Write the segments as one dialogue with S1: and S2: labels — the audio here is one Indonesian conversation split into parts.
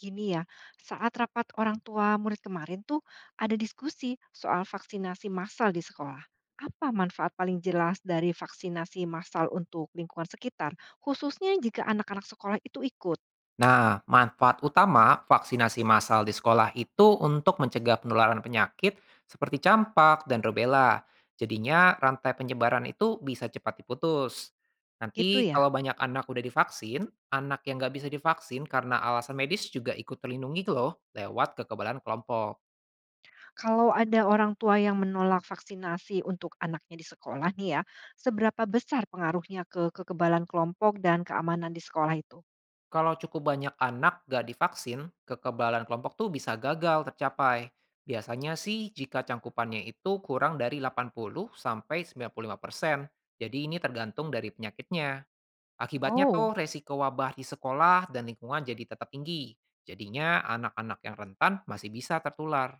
S1: Gini ya, saat rapat orang tua murid kemarin tuh ada diskusi soal vaksinasi massal di sekolah. Apa manfaat paling jelas dari vaksinasi massal untuk lingkungan sekitar, khususnya jika anak-anak sekolah itu ikut?
S2: Nah, manfaat utama vaksinasi massal di sekolah itu untuk mencegah penularan penyakit seperti campak dan rubella. Jadinya rantai penyebaran itu bisa cepat diputus.
S1: Gitu
S2: Nanti
S1: ya.
S2: kalau banyak anak udah divaksin, anak yang nggak bisa divaksin karena alasan medis juga ikut terlindungi loh lewat kekebalan kelompok.
S1: Kalau ada orang tua yang menolak vaksinasi untuk anaknya di sekolah nih ya, seberapa besar pengaruhnya ke kekebalan kelompok dan keamanan di sekolah itu?
S2: Kalau cukup banyak anak gak divaksin, kekebalan kelompok tuh bisa gagal tercapai. Biasanya sih jika cangkupannya itu kurang dari 80 sampai 95%. Jadi ini tergantung dari penyakitnya. Akibatnya
S1: Oh.
S2: tuh resiko wabah di sekolah dan lingkungan jadi tetap tinggi. Jadinya anak-anak yang rentan masih bisa tertular.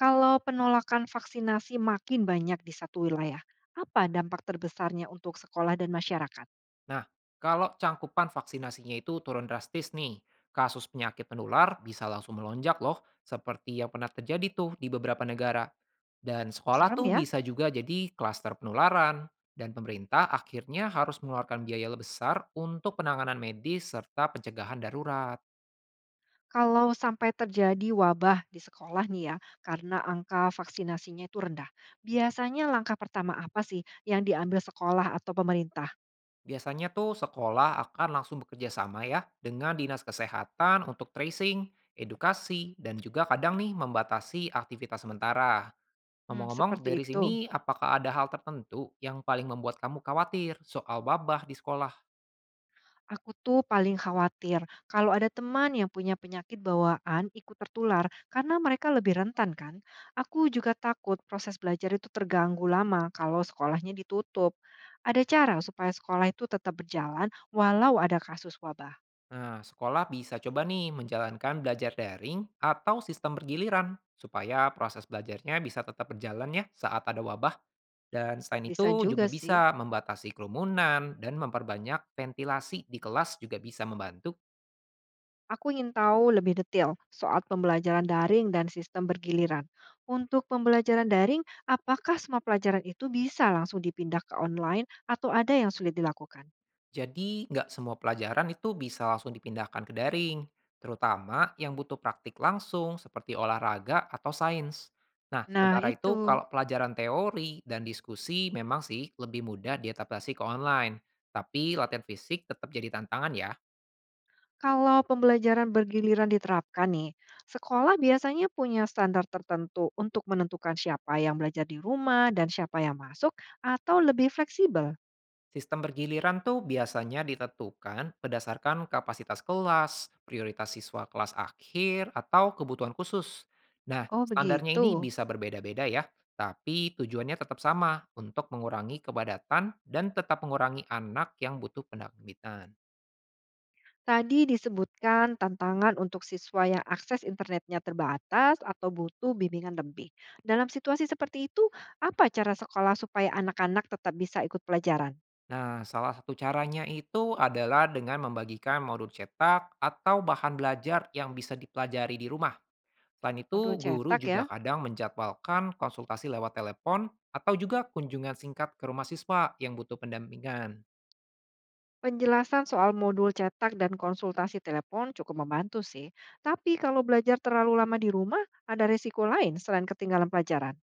S1: Kalau penolakan vaksinasi makin banyak di satu wilayah, apa dampak terbesarnya untuk sekolah dan masyarakat?
S2: Nah, kalau cangkupan vaksinasinya itu turun drastis nih, kasus penyakit menular bisa langsung melonjak loh, seperti yang pernah terjadi tuh di beberapa negara. Dan sekolah
S1: Serem
S2: tuh
S1: ya,
S2: bisa juga jadi klaster penularan, dan pemerintah akhirnya harus mengeluarkan biaya lebih besar untuk penanganan medis serta pencegahan darurat.
S1: kalau sampai terjadi wabah di sekolah nih ya, karena angka vaksinasinya itu rendah. Biasanya langkah pertama apa sih yang diambil sekolah atau pemerintah?
S2: Biasanya tuh sekolah akan langsung bekerja sama ya dengan dinas kesehatan untuk tracing, edukasi, dan juga kadang nih membatasi aktivitas sementara. Ngomong-ngomong,
S1: Seperti
S2: dari sini
S1: itu.
S2: apakah ada hal tertentu yang paling membuat kamu khawatir soal wabah di sekolah?
S1: Aku tuh paling khawatir kalau ada teman yang punya penyakit bawaan ikut tertular karena mereka lebih rentan kan. Aku juga takut proses belajar itu terganggu lama kalau sekolahnya ditutup. Ada cara supaya sekolah itu tetap berjalan walau ada kasus wabah.
S2: Nah, sekolah bisa coba nih menjalankan belajar daring atau sistem bergiliran supaya proses belajarnya bisa tetap berjalan ya saat ada wabah. Dan selain
S1: Bisa
S2: itu
S1: juga
S2: juga
S1: sih.
S2: bisa membatasi kerumunan dan memperbanyak ventilasi di kelas juga bisa membantu.
S1: Aku ingin tahu lebih detail soal pembelajaran daring dan sistem bergiliran. Untuk pembelajaran daring, apakah semua pelajaran itu bisa langsung dipindah ke online atau ada yang sulit dilakukan?
S2: Jadi, nggak semua pelajaran itu bisa langsung dipindahkan ke daring, terutama yang butuh praktik langsung seperti olahraga atau sains. Nah,
S1: Nah,
S2: sementara
S1: itu.
S2: itu kalau pelajaran teori dan diskusi memang sih lebih mudah diadaptasi ke online, tapi latihan fisik tetap jadi tantangan ya.
S1: Kalau pembelajaran bergiliran diterapkan nih, sekolah biasanya punya standar tertentu untuk menentukan siapa yang belajar di rumah dan siapa yang masuk atau lebih fleksibel.
S2: Sistem bergiliran tuh biasanya ditentukan berdasarkan kapasitas kelas, prioritas siswa kelas akhir, atau kebutuhan khusus. Nah,
S1: Oh,
S2: standarnya ini
S1: begitu.
S2: bisa berbeda-beda ya, tapi tujuannya tetap sama untuk mengurangi kepadatan dan tetap mengurangi anak yang butuh pendampingan.
S1: Tadi disebutkan tantangan untuk siswa yang akses internetnya terbatas atau butuh bimbingan lebih. Dalam situasi seperti itu, apa cara sekolah supaya anak-anak tetap bisa ikut pelajaran?
S2: Nah, salah satu caranya itu adalah dengan membagikan modul cetak atau bahan belajar yang bisa dipelajari di rumah. Selain itu,
S1: Modul
S2: guru
S1: cetak
S2: juga
S1: ya,
S2: kadang menjadwalkan konsultasi lewat telepon atau juga kunjungan singkat ke rumah siswa yang butuh pendampingan.
S1: penjelasan soal modul cetak dan konsultasi telepon cukup membantu sih. Tapi kalau belajar terlalu lama di rumah, ada risiko lain selain ketinggalan pelajaran.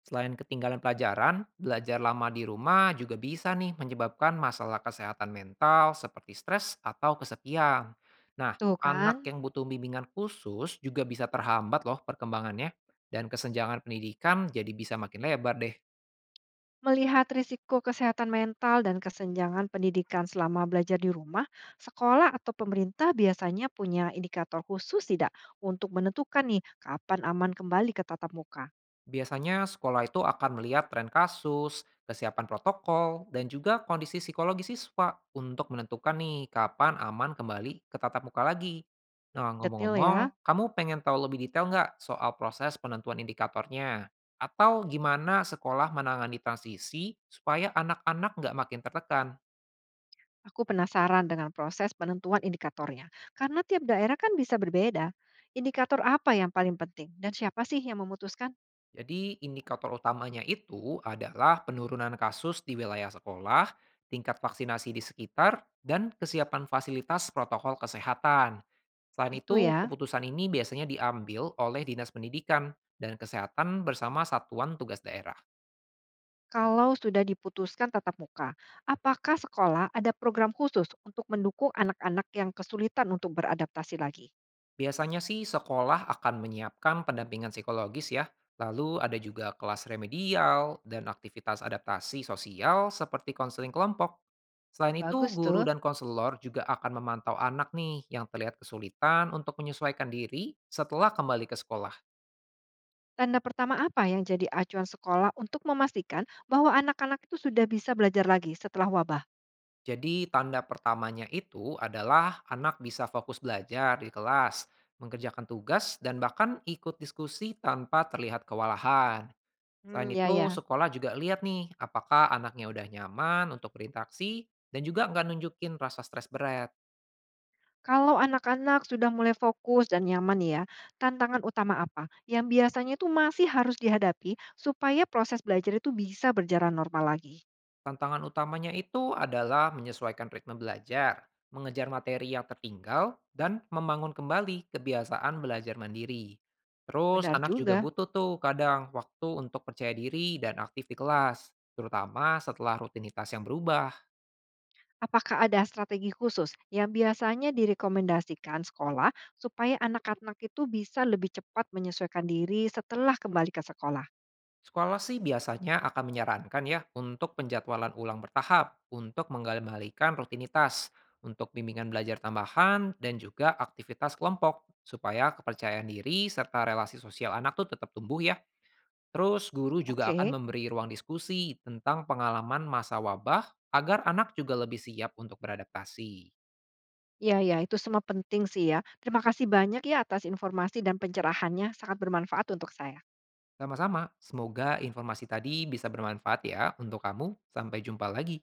S2: Selain ketinggalan pelajaran, belajar lama di rumah juga bisa nih menyebabkan masalah kesehatan mental seperti stres atau kesepian. Nah,
S1: Tuh kan?
S2: anak yang butuh bimbingan khusus juga bisa terhambat loh perkembangannya dan kesenjangan pendidikan jadi bisa makin lebar deh.
S1: Melihat risiko kesehatan mental dan kesenjangan pendidikan selama belajar di rumah, sekolah atau pemerintah biasanya punya indikator khusus tidak untuk menentukan nih kapan aman kembali ke tatap muka.
S2: Biasanya sekolah itu akan melihat tren kasus, kesiapan protokol, dan juga kondisi psikologi siswa untuk menentukan nih kapan aman kembali ke tatap muka lagi. Nah,
S1: Detil ya.
S2: ngomong-ngomong, kamu pengen tahu lebih detail nggak soal proses penentuan indikatornya? Atau gimana sekolah menangani transisi supaya anak-anak nggak makin tertekan?
S1: Aku penasaran dengan proses penentuan indikatornya, karena tiap daerah kan bisa berbeda. Indikator apa yang paling penting dan siapa sih yang memutuskan?
S2: Jadi indikator utamanya itu adalah penurunan kasus di wilayah sekolah, tingkat vaksinasi di sekitar, dan kesiapan fasilitas protokol kesehatan. Selain
S1: Itu
S2: itu,
S1: ya,
S2: keputusan ini biasanya diambil oleh Dinas Pendidikan dan Kesehatan bersama Satuan Tugas Daerah.
S1: kalau sudah diputuskan tatap muka, apakah sekolah ada program khusus untuk mendukung anak-anak yang kesulitan untuk beradaptasi lagi?
S2: Biasanya sih sekolah akan menyiapkan pendampingan psikologis ya, lalu ada juga kelas remedial dan aktivitas adaptasi sosial seperti konseling kelompok. Selain itu,
S1: Bagus
S2: guru
S1: tuh.
S2: dan konselor juga akan memantau anak nih yang terlihat kesulitan untuk menyesuaikan diri setelah kembali ke sekolah.
S1: Tanda pertama apa yang jadi acuan sekolah untuk memastikan bahwa anak-anak itu sudah bisa belajar lagi setelah wabah?
S2: Jadi tanda pertamanya itu adalah anak bisa fokus belajar di kelas, mengerjakan tugas, dan bahkan ikut diskusi tanpa terlihat kewalahan. Selain
S1: Ya,
S2: itu,
S1: ya.
S2: sekolah juga lihat nih apakah anaknya udah nyaman untuk berinteraksi dan juga nggak nunjukin rasa stres berat.
S1: Kalau anak-anak sudah mulai fokus dan nyaman ya, tantangan utama apa yang biasanya itu masih harus dihadapi supaya proses belajar itu bisa berjalan normal lagi?
S2: Tantangan utamanya itu adalah menyesuaikan ritme belajar, mengejar materi yang tertinggal, dan membangun kembali kebiasaan belajar mandiri. Terus
S1: Benar
S2: anak juga
S1: juga.
S2: butuh tuh kadang waktu untuk percaya diri dan aktif di kelas, terutama setelah rutinitas yang berubah.
S1: Apakah ada strategi khusus yang biasanya direkomendasikan sekolah supaya anak-anak itu bisa lebih cepat menyesuaikan diri setelah kembali ke sekolah?
S2: Sekolah sih biasanya akan menyarankan ya untuk penjadwalan ulang bertahap, untuk mengembalikan rutinitas, untuk bimbingan belajar tambahan, dan juga aktivitas kelompok, supaya kepercayaan diri serta relasi sosial anak tuh tetap tumbuh ya. Terus guru juga akan
S1: Oke,
S2: memberi ruang diskusi tentang pengalaman masa wabah agar anak juga lebih siap untuk beradaptasi.
S1: ya, ya, itu semua penting sih ya. Terima kasih banyak ya atas informasi dan pencerahannya, sangat bermanfaat untuk saya.
S2: Sama-sama, semoga informasi tadi bisa bermanfaat ya untuk kamu. Sampai jumpa lagi.